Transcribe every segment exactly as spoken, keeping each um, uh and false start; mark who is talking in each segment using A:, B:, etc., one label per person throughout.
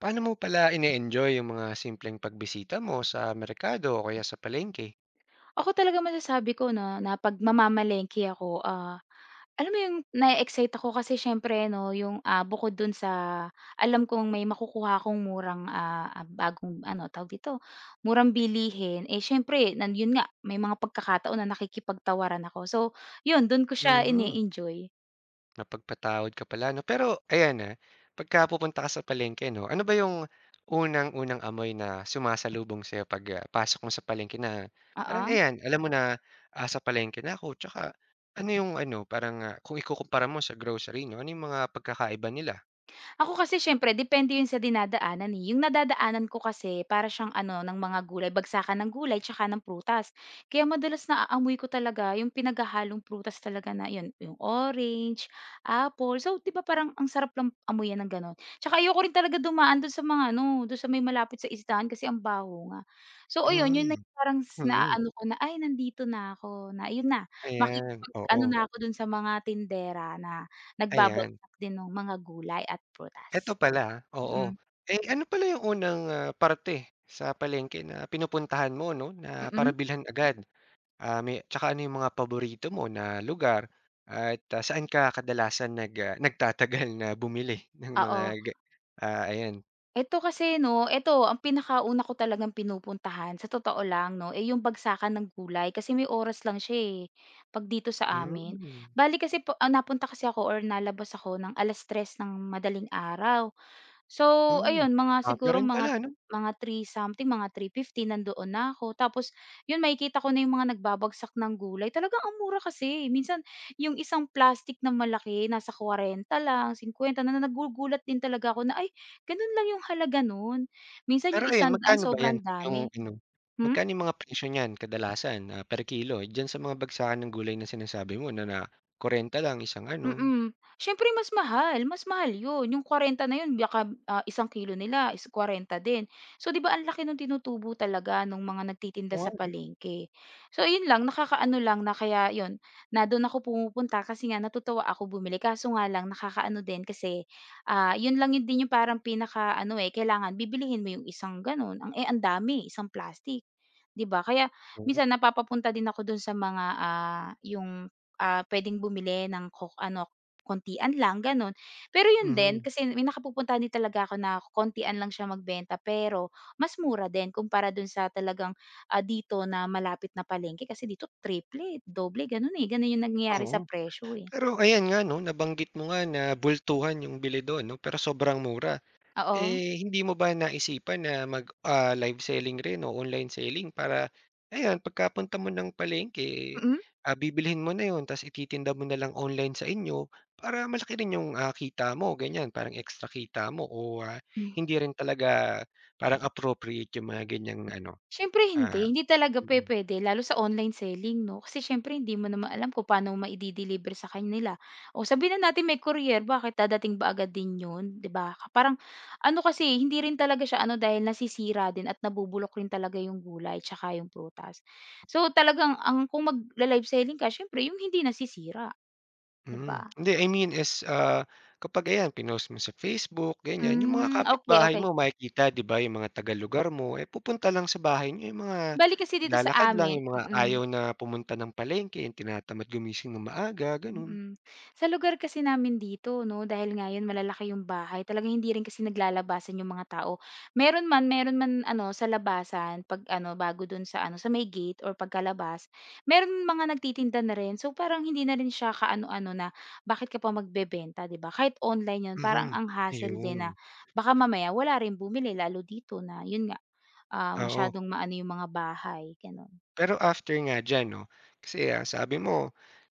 A: Paano mo pala ine-enjoy yung mga simpleng pagbisita mo sa merkado o kaya sa palengke?
B: Ako talaga masasabi ko na na 'pag mamamalengke ako, ah, alam mo yung na excite ako kasi siyempre 'no, yung, ah, bukod dun sa alam kong may makukuha akong murang, ah, ah, bagong ano, tawag dito, murang bilhin, eh, siyempre nan yun nga, may mga pagkakataon na nakikipagtawaran ako. So yun, dun ko siya
A: Mm,
B: ine-enjoy.
A: Mapagpatawad ka pala 'no. Pero ayan, ah, pagka pupunta ka sa palengke 'no, ano ba yung unang-unang amoy na sumasalubong sa'yo 'pag, ah, pasok mo sa palengke na parang
B: Oo.
A: ayan, alam mo na, ah, sa palengke na ako tsaka ano yung ano, parang, ah, kung ikukumpara mo sa grocery 'no, ano yung mga pagkakaiba nila?
B: Ako kasi siyempre depende 'yun sa dinadaanan, eh. Yung nadadaanan ko kasi para siyang ano ng mga gulay, bagsakan ng gulay tsaka ng prutas. Kaya madalas naaamoy ko talaga yung pinaghahalong prutas talaga na 'yun, yung orange, apple. So, 'di ba parang ang sarap lang amuyan ng gano'n. Tsaka ayoko rin talaga dumaan do'n sa mga ano, do'n sa may malapit sa isdahan kasi ang baho nga. So ayun, 'yun na
A: Hmm,
B: yung parang s-
A: mm.
B: naaano ko na, "Ay, nandito na ako," na 'yun na,
A: Ayan, oo,
B: makikipag-ano na ako dun sa mga tindera na
A: ayan.
B: nagbabagsak din ng mga gulay at
A: Eto
B: prutas.
A: pala, oo.
B: Mm,
A: Eh, ano pala yung unang, ah, parte sa palengke na pinupuntahan mo 'no, na para
B: mm,
A: bilhan agad? Ah, may 'tsaka ano yung mga paborito mo na lugar at, ah, saan ka kadalasan nag, ah, nagtatagal na bumili ng mga
B: oo.
A: ga ah, ayan.
B: Eto kasi 'no, eto ang pinakauna ko talagang pinupuntahan sa totoo lang 'no, eh, yung bagsakan ng gulay kasi may oras lang siya, eh, 'pag dito sa amin.
A: Hmm,
B: Bale kasi po ah, napunta kasi ako or nalabas ako ng alas tres ng madaling araw. So,
A: hmm.
B: ayun mga
A: Aga
B: siguro
A: rin pala
B: mga
A: ano?
B: mga three something, mga three fifty nandoon na ako. Tapos yun makikita ko na yung mga nagbabagsak ng gulay. Talagang ang mura kasi. Minsan yung isang plastic na malaki nasa kwarenta lang, singkwenta na na- nagugulat din talaga ako na, "Ay, ganun lang yung halaga nun." Minsan
A: Pero
B: yung
A: ayan,
B: isang daan
A: magkano ba 'yan
B: sobrang
A: yung
B: dami.
A: ano,
B: Hmm?
A: magkano yung mga presyo niyan kadalasan, ah, per kilo diyan sa mga bagsakan ng gulay na sinasabi mo na na kuwarenta lang isang ano.
B: Mm. Siyempre mas mahal, mas mahal 'yun, yung kwarenta na 'yun baka, ah, isang kilo nila is kwarenta din. So 'di ba ang laki nung tinutubo talaga nung mga nagtitinda
A: Oo
B: sa
A: nga
B: palengke. So 'yun lang, nakakaano lang na kaya 'yun, na do'n ako pumupunta kasi nga natutuwa ako bumili kaso nga lang nakakaano din kasi, ah, 'yun lang 'yun din yung parang pinakaano, eh, kailangan bibilihin mo yung isang gano'n, ang, eh, ang dami, isang plastic, 'di ba? Kaya
A: 'no.
B: minsan napapapunta din ako do'n sa mga, ah, yung ah, puwedeng bumili ng ko ano, kontian lang gano'n. Pero 'yun din
A: Mhm,
B: kasi may nakapupuntahan din talaga ako na kontian lang siya magbenta pero mas mura din kumpara do'n sa talagang, ah, dito na malapit na palengke kasi dito triple, doble gano'n, eh, gano'n 'yung nangyayari
A: oo.
B: sa presyo, eh.
A: Pero ayan nga 'no, nabanggit mo nga na bultuhan yung bili do'n 'no, pero sobrang mura.
B: Oo.
A: Eh, hindi mo ba naisipan na mag, ah, live selling rin o online selling para ayan pagkapunta mo ng palengke,
B: Mm.
A: ah, bibilhin mo na 'yun ta's ititinda mo na lang online sa inyo para malaki rin yung, ah, kita mo ganiyan, parang extra kita mo o, ah, hindi rin talaga parang appropriate yung mga ganiyang ano,
B: Siyempre hindi,
A: ah
B: hindi talaga
A: mm.
B: pupuwede lalo sa online selling 'no, kasi siyempre hindi mo naman alam kung paano mo maide-deliver sa kanila. O sabihin na natin may courier, bakit dadating ba agad din 'yun, 'di ba? Parang ano kasi, hindi rin talaga siya ano dahil nasisira din at nabubulok rin talaga yung gulay tsaka yung prutas. So talagang ang kung magla-live selling ka siyempre yung hindi nasisira, 'di ba?
A: Hmm, hindi I mean is, ah, kapag ayan pinost mo sa Facebook ganyan, yung mga
B: Hmm, okey,
A: kapitbahay
B: okey.
A: mo makikita 'di ba yung mga taga-lugar mo, eh, pupunta lang sa bahay niyo, yung mga
B: Bale kasi dito sa
A: maglalakad lang,
B: amin
A: yung mga ayaw
B: mm.
A: na pumunta ng palengke, yung tinatamad gumising ng maaga gano'n.
B: Mm. Sa lugar kasi namin dito 'no, dahil nga 'yun malalaki yung bahay, talagang hindi rin kasi naglalabasan yung mga tao. Meron man meron man ano sa labasan 'pag ano bago dun sa ano sa may gate or pagkalabas, meron mga nagtitinda na rin. So, parang hindi na rin siya kaano-ano na bakit ka pa magbebenta, 'di ba? Kahit online 'yun parang
A: Mhm,
B: ang hassle din na
A: ayun,
B: baka mamaya wala rin bumili lalo dito na 'yun nga, ah,
A: oo.
B: masyadong maano yung mga bahay, gano'n.
A: Pero after nga diyan 'no, kasi, ah, sabi mo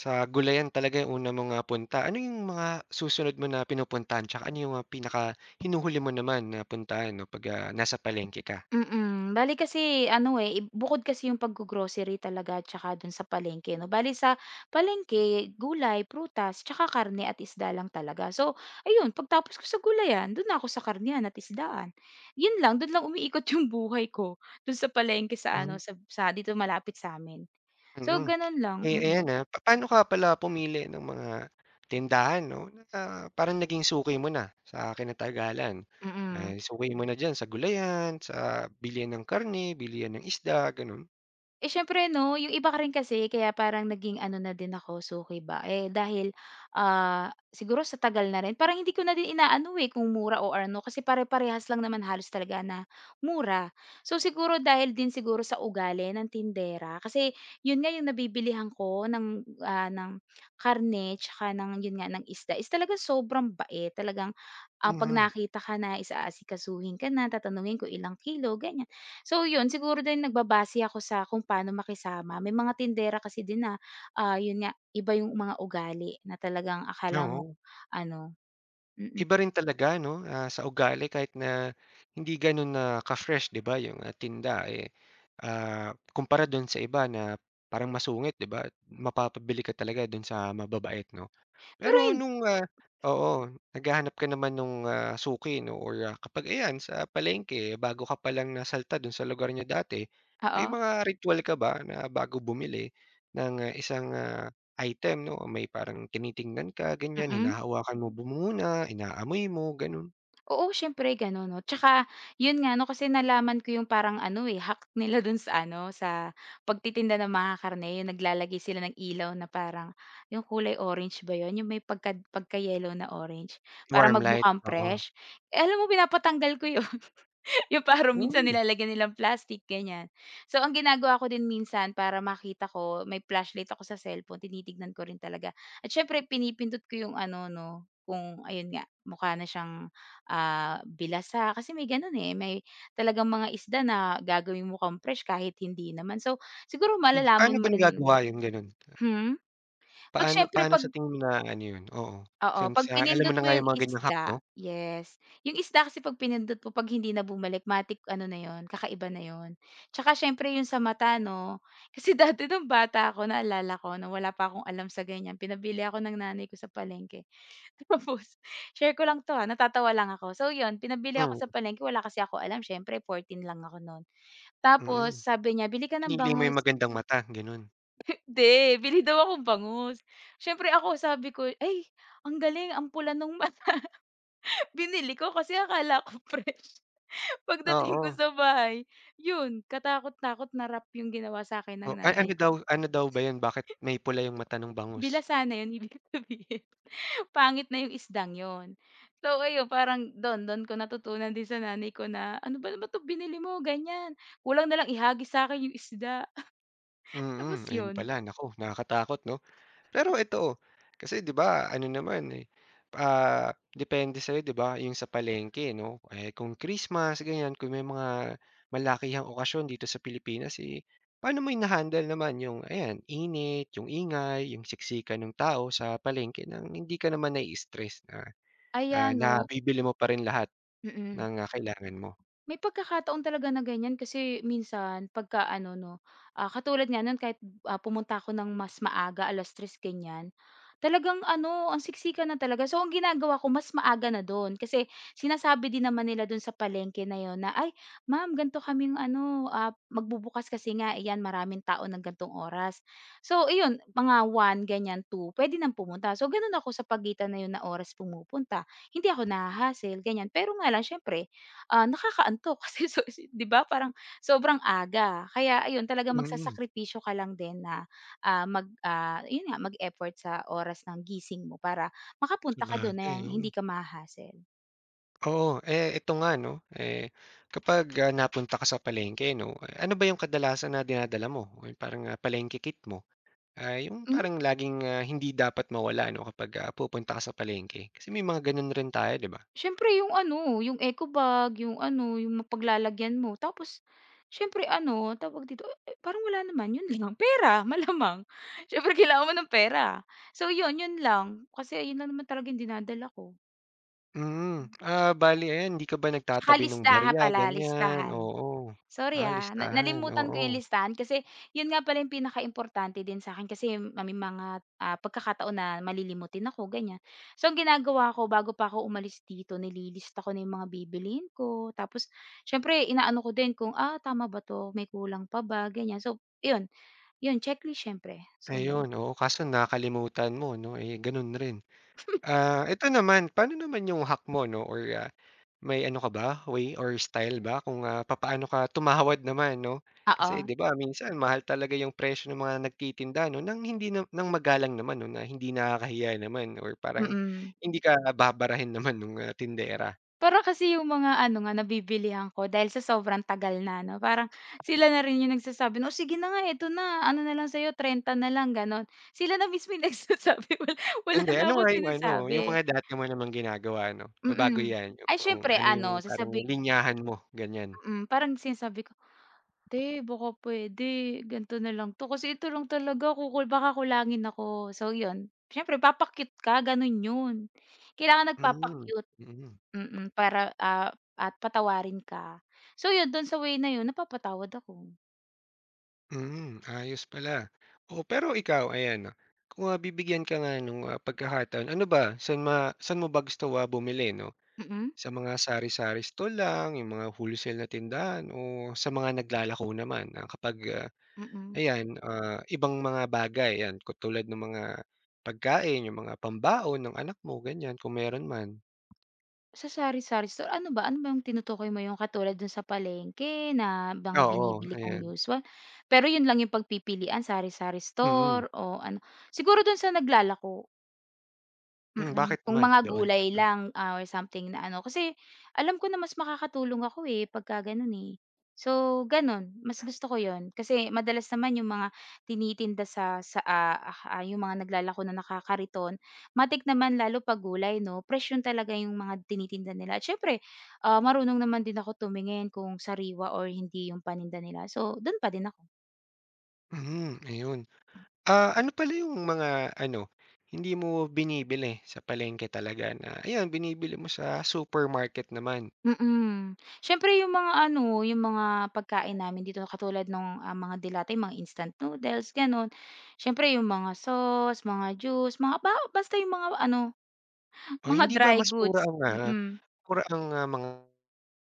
A: sa gulayan talaga yung una mong, ah, punta, ano yung mga susunod mo na pinupuntahan tsaka ano yung, ah, pinaka hinuhuli mo naman na puntahan 'no pag, ah, nasa palengke ka?
B: Mm, bale kasi ano, eh, i bukod kasi yung paggo-grocery talaga at saka dun sa palengke 'no. Bale sa palengke, gulay, prutas, tsaka karne at isda lang talaga. So, ayun pagtapos ko sa gulayan, dun na ako sa karnehan at isdaan. Yun lang, dun lang umiikot yung buhay ko, dun sa palengke sa
A: Hmm,
B: ano, sa sa dito malapit sa sa'min. So,
A: mm.
B: ganun lang,
A: Eh, ayan,
B: mm,
A: ah, papaano ka pala pumili ng mga tindahan 'no, na parang naging suki mo na sa kinatagalan? Ah,
B: mm.
A: suki mo na diyan sa gulayan, sa bilihan ng karne, bilihan ng isda, gano'n?
B: Eh, siyempre 'no, yung iba ka rin kasi kaya parang naging ano na din ako, suki ba, eh, dahil, ah, siguro sa tagal na rin parang hindi ko na din inaano, eh, kung mura o ano kasi pare-parehas lang naman halos talaga na mura. So, siguro dahil din siguro sa ugali ng tindera kasi yun nga yung nabibilihan ko ng, ah, ng karne tsaka ng yun nga, ng isda is talagang sobrang bait. Talagang, ah, 'pag
A: Mhm,
B: nakita ka na is aasikasuhin ka na, tatanungin kung ilang kilo, ganyan. So yun, siguro din nagbabase ako sa kung paano makisama. May mga tindera kasi din na, ah, yun nga, iba yung mga ugali na talagang akala mo
A: oo.
B: ano mm.
A: Iba rin talaga 'no, ah, sa ugali kahit na hindi gano'n na ka-fresh 'di ba, yung, ah, tinda, eh, ah, kumpara do'n sa iba na parang masungit 'di ba, mapapabili ka talaga do'n sa mababait 'no?
B: Pero
A: Pero
B: hindi.
A: nung, ah oo, naghahanap ka naman nung, ah, suki 'no or, ah, kapag ayan sa palengke bago ka palang nasalta dun sa lugar niyo dati, may
B: Oo,
A: mga ritual ka ba na bago bumili ng, ah, isang, ah, item 'no? May parang tinitingnan ka ganyan,
B: mm.
A: hinahawakan mo bu muna, inaamoy mo, ganun?
B: Oo, siyempre gano'n 'no. Tsaka yun nga 'no, kasi nalaman ko yung parang ano, eh, hack nila dun sa ano, sa pagtitinda ng mga karne, yung naglalagay sila ng ilaw na parang yung kulay orange ba yun, yung may pagka pagka-yellow na orange para
A: Warm light,
B: magmukhang
A: oo.
B: fresh. Eh, alam mo pinapatanggal ko yun. Yung parang minsan
A: Hmm,
B: nilalagyan nilang plastic, ganyan. So, ang ginagawa ko din minsan para makita ko, may flashlight ako sa cellphone, tinitignan ko rin talaga. At syempre pinipindot ko yung ano 'no, kung ayun nga, mukha na siyang, ah, bilasa kasi may gano'n, eh, may talagang mga isda na gagawin mo fresh kahit hindi naman. So, siguro
A: hmm. Paano
B: malalaman mo
A: ba
B: rin yung
A: nagagawa
B: gan
A: yun, ganun?
B: hmm? 'Pag
A: Paano
B: syempre
A: paano
B: 'pag
A: sa tingin mo na-aano yun? Oo,
B: Oo,
A: since,
B: 'pag
A: ah, alam mo
B: pinindot
A: na
B: mo
A: nga
B: yung
A: yung mga ganyang hack
B: isda,
A: 'no?
B: yes. Yung isda kasi 'pag pinindot mo 'pag hindi na bumalik matik ano na yun, kakaiba na yun. Tsaka siyempre yung sa mata 'no, kasi dati nung bata ako naalala ko nung wala pa akong alam sa ganyan, pinabili ako ng nanay ko sa palengke. Tapos share ko lang 'to, ah, natatawa lang ako. So yun, pinabili
A: Hmm,
B: ako sa palengke wala kasi ako alam siyempre fourteen lang ako nun.
A: mm.
B: Tapos sabi niya, "Bili ka ng
A: Pinili mo yung
B: bangus."
A: magandang mata, ganun.
B: Hindi, bili daw akong bangus. Siyempre ako sabi ko, "Ay, ang galing ang pula nung ma—" Binili ko kasi akala ko fresh. Pagdating
A: Oo.
B: ko sa bahay, yun katakot-takot na wrap yung ginawa sa'kin ng
A: Oh, ay
B: nanay
A: ano
B: ko.
A: daw ano daw ba 'yun, bakit may pula 'yung mata nung bangus?
B: Bilasana yun, ibig sabihin, pangit na yung isdang yun. So ayun parang dun dun ko natutunan din sa nanay ko na, "Ano ba naman 'to binili mo ganyan, kulang na lang ihagi sa akin yung isda." Tapos
A: Mm, ayun
B: yun,
A: pala, naku, nakakatakot 'no. Pero ito, kasi 'di ba ano naman, eh, ah, depende sa'yo 'di ba 'yung sa palengke 'no, eh, kung Christmas ganiyan, kung may mga malakihang okasyon dito sa Pilipinas, eh, paano mo hina-handle naman 'yung ayan, init, 'yung ingay, 'yung siksikan ng tao sa palengke nang hindi ka naman nai-stress na, ah,
B: ayan 'no
A: nabibili mo pa rin lahat
B: mm.
A: ng, ah, kailangan mo?
B: May pagkakataon talaga na ganyan kasi minsan pagka ano 'no, ah, katulad nga no'n kahit, ah, pumunta ako ng mas maaga, alas tres ganyan, talagang ano ang siksikan na talaga. So, ang ginagawa ko mas maaga na do'n kasi sinasabi din naman nila do'n sa palengke na 'yon na, "Ay, ma'am, ganito kaming ano, ah, magbubukas kasi nga ayan maraming tao ng gantong oras." So iyon, mga one ganyan, two puwede nang pumunta. So gano'n ako sa pagitan na 'yon na oras pumupunta. Hindi ako naha ganyan. Pero nga lang siyempre Ah, nakakaantok kasi so si 'di ba parang sobrang aga. Kaya ayun talaga
A: Mm.
B: magsasakripisyo ka lang din na, ah, mag ah, yun nga mag-effort sa oras ng gising mo para makapunta ka doon na yung
A: Sabagay, mm.
B: hindi ka maha-hassle.
A: Oo, eh, ito nga 'no, eh, kapag, ah, napunta ka sa palengke 'no, eh, ano ba yung kadalasan na dinadala mo o yung parang, ah, palengke kit mo? Ah, yung
B: Hmm,
A: parang laging, ah, hindi dapat mawala 'no kapag, ah, pupunta ka sa palengke kasi may mga gano'n rin tayo 'di ba?
B: siyempre yung ano, yung eco bag, yung ano, yung mapaglalagyan mo tapos siyempre ano, tawag dito, eh, parang wala naman yun lang, pera malamang. Siyempre kailangan mo ng pera. So yun, yun lang. Kasi yun lang naman talaga yung dinadala ko.
A: Mm, ah, bale ayan hindi ka ba
B: Tsaka
A: nagtatabi ng
B: listahan
A: barya
B: pala,
A: ganyan?
B: listahan.
A: Oo,
B: Sorry,
A: ah,
B: ah, na
A: listahan,
B: nalimutan ko
A: oo.
B: yung listahan kasi yun nga pala yung importante din sa akin kasi may mga, ah, pagkakataon na malilimutin ako, ganyan. So, ang ginagawa ko bago pa ako umalis dito nililista ko na yung mga bibilin ko tapos siyempre inaano ko din kung, ah, tama ba 'to, may kulang pa ba, ganyan. So, yun, yun checklist siyempre. So, yun.
A: Ayun, oo, kaso nakalimutan mo 'no, eh, gano'n rin. Ah, ito naman, paano naman yung hack mo 'no or, ah may ano ka ba, way or style ba kung, ah, papaano ka tumawad naman 'no? Kasi
B: Oo,
A: 'di ba minsan mahal talaga yung presyo ng mga nagtitinda 'no, ng hindi na ng magalang naman 'no, na hindi nakakahiya naman or parang
B: mm.
A: hindi ka babarahin naman nung, ah, tindera.
B: Para kasi yung mga ano nga nabibilihan ko dahil sa sobrang tagal na 'no, parang sila na rin yung nagsasabi na, "O, sige na nga, eto na, ano na lang sa'yo, trenta na lang," gano'n. Sila na mismo yung nagsasabi wala wala
A: Hindi,
B: na
A: ano nga
B: akong
A: yung ano, yung
B: sinasabi,
A: mga dati mo namang ginagawa ano, bago
B: mm.
A: 'yan,
B: Ay
A: yung
B: siyempre
A: ano yung
B: ano
A: parang
B: sasabi
A: linyahan mo, ganyan?
B: mm, parang sinasabi ko, "Te, baka puwede ganito na lang 'to kasi ito lang talaga kukul baka kulangin ako." So 'yun, siyempre papa-cute ka gano'n 'yun, kailangan
A: Hmm,
B: nagpapa-cute.
A: mm.
B: Mm, para, ah, at patawarin ka. So yun, don sa way na yun napapatawad ako.
A: Mm, ayos pala. O pero ikaw ayan, 'no, kung, ah, bibigyan ka nga nung, ah, pagkakataon, ano ba saan ma saan mo ba gusto, ah, bumili, 'no?
B: Mm,
A: Sa mga sari-sari store lang, yung mga wholesale na tindahan o sa mga naglalako naman na kapag, ah,
B: mm.
A: ayan, ah, ibang mga bagay, 'yan katulad ng mga pagkain, yung mga pambaon ng anak mo, ganyan kung meron man?
B: Sa sari-sari store, ano ba ano ba yung tinutukoy mo, yung katulad dun sa palengke na mga
A: Oo,
B: binibili kong
A: ayan.
B: usual? Pero yun lang yung pagpipilian, sari-sari
A: Mm.
B: store o ano, siguro don sa naglalako.
A: Hmm,
B: Mm,
A: bakit
B: kung
A: naman
B: mga
A: doon?
B: gulay lang, ah, or something na ano kasi alam ko na mas makakatulong ako, eh, pagka gano'n, eh. So gano'n, mas gusto ko 'yun kasi madalas naman yung mga tinitinda sa sa, ah, ah, yung mga naglalako na nakakariton, matik naman lalo 'pag gulay 'no, fresh 'yun talaga yung mga tinitinda nila at siyempre, ah, marunong naman din ako tumingin kung sariwa or hindi yung paninda nila, so do'n pa din ako.
A: Mm. Mm, ayun. Ah, ano pala yung mga ano, hindi mo binibili sa palengke talaga na ayan binibili mo sa supermarket naman?
B: Mm. Siyempre yung mga ano, yung mga pagkain namin dito katulad nung, ah, mga delata, yung mga instant noodles, gano'n. Siyempre yung mga sauce, mga juice, mga ba basta yung mga ano,
A: O
B: mga
A: hindi ba
B: dry
A: mas mura
B: goods.
A: ang, ah,
B: Mm.
A: mura ang, ah, mga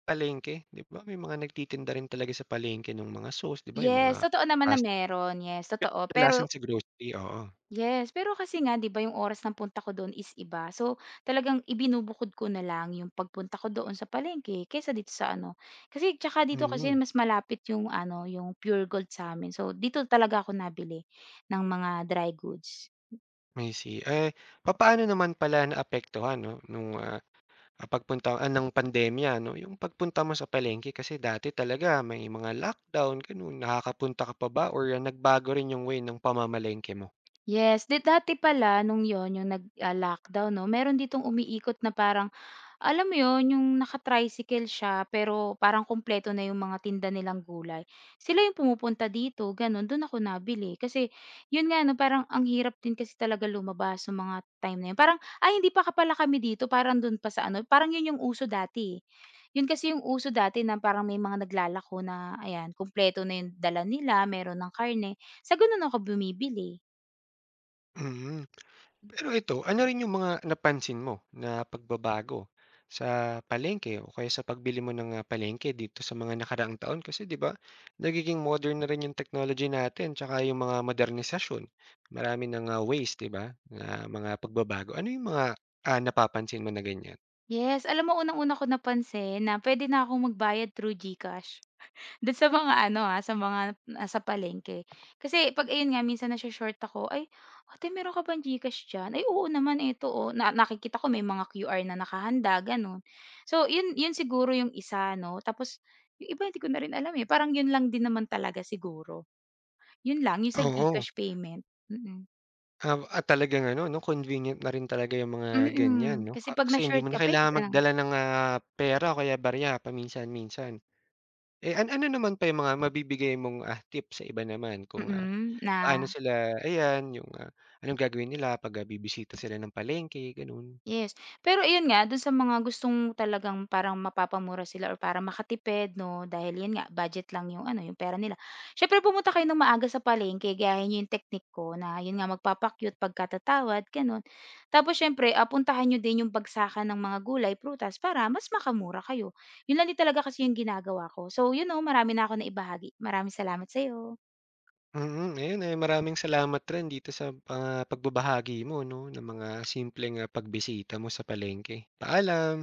A: palengke, 'di ba? May mga nagtitinda rin talaga sa palengke nung mga sauce, 'di ba, yung mga
B: Yes, totoo naman na
A: fast food,
B: meron. Yes,
A: pero
B: totoo. Pero
A: kadalasan sa grocery, oo.
B: Yes, pero kasi nga 'di ba yung oras ng punta ko doon is iba. So, talagang ibinubukod ko na lang yung pagpunta ko doon sa palengke kaysa dito sa ano kasi tsaka dito kasi
A: Mm,
B: mas malapit yung ano, yung Pure Gold sa sa'min. So, dito talaga ako nabili ng mga dry goods.
A: I see. Eh, papaano naman pala naapektuhan 'no nung, ah Ah, pagpunta ah, ng pandemya 'no, yung pagpunta mo sa palengke kasi dati talaga may mga lockdown gano'n, nakakapunta ka pa ba or ah, nagbago rin yung way ng pamamalengke mo?
B: Yes, di dati pala nung yon yung nag, ah, lockdown 'no, meron ditong umiikot na parang alam mo 'yun, yung naka-tricycle siya pero parang kumpleto na yung mga tinda nilang gulay. Sila yung pumupunta dito gano'n, do'n ako nabili. Kasi 'yun nga 'no, parang ang hirap din kasi talaga lumabas nung mga time na 'yun. Parang, "Ay, hindi pa ka pala kami dito, parang do'n pa sa ano." Parang 'yun yung uso dati, eh. 'Yun kasi yung uso dati na parang may mga naglalako na ayan, kumpleto na yung dala nila, meron ng karne. Sa gano'n ako bumibili.
A: Mm, pero ito, ano rin yung mga napansin mo na pagbabago sa palengke o kaya sa pagbili mo ng, ah, palengke dito sa mga nakaraang taon? Kasi 'di ba, nagiging modern na rin yung technology natin tsaka yung mga modernisasyon. Marami ng, ah, ways 'di ba, na mga pagbabago. Ano yung mga, ah, napapansin mo na ganiyan?
B: Yes, alam mo unang-una ko napansin na pwede na akong magbayad through GCash. Do'n sa mga ano, ah, sa mga nasa palengke. Kasi 'pag ayun nga minsan naso-short ako, "Ay, ate, meron ka bang GCash diyan?" "Ay, oo naman, eto oh." Na nakikita ko may mga Q R na nakahanda gano'n. So 'yun 'yun siguro yung isa 'no, tapos yung iba hindi ko na rin alam, eh, parang 'yun lang din naman talaga siguro. 'Yun lang, yung sa
A: Oo.
B: GCash payment, mm.
A: ah at talagang ano 'no, convenient na rin talaga yung mga ganyan
B: Mm,
A: 'no,
B: kasi
A: ka
B: 'pag
A: kasi hindi
B: na-short
A: mo na
B: ka puwede
A: kailangan
B: ka ng
A: magdala ng, ah, pera o kaya barya paminsan-minsan. Eh, an ano naman pa yung mga mabibigay mong, ah, tip sa iba naman kung, ah,
B: mm, na
A: paano sila ayan yung, ah, anong gagawin nila 'pag, ah, bibisita sila ng palengke gano'n?
B: yes. Pero iyon nga, do'n sa mga gustong talagang parang mapapamura sila or para makatipid 'no, dahil 'yun nga budget lang 'yung ano, 'yung pera nila. Siyempre pumunta kayo ng maaga sa palengke, gayahin niyo 'yung teknik ko na 'yun nga magpapa pagkatatawad gano'n. Tapos siyempre, ah, puntahan niyo din 'yung bagsakan ng mga gulay, prutas para mas makamura kayo. 'Yun lang din talaga kasi 'yung ginagawa ko. So 'yun 'no, marami na ako naibahagi. Maraming salamat sa iyo.
A: Mm, ayun, eh, maraming salamat rin dito sa, ah, pagbabahagi mo 'no, ng mga simpleng, ah, pagbisita mo sa palengke. Paalam.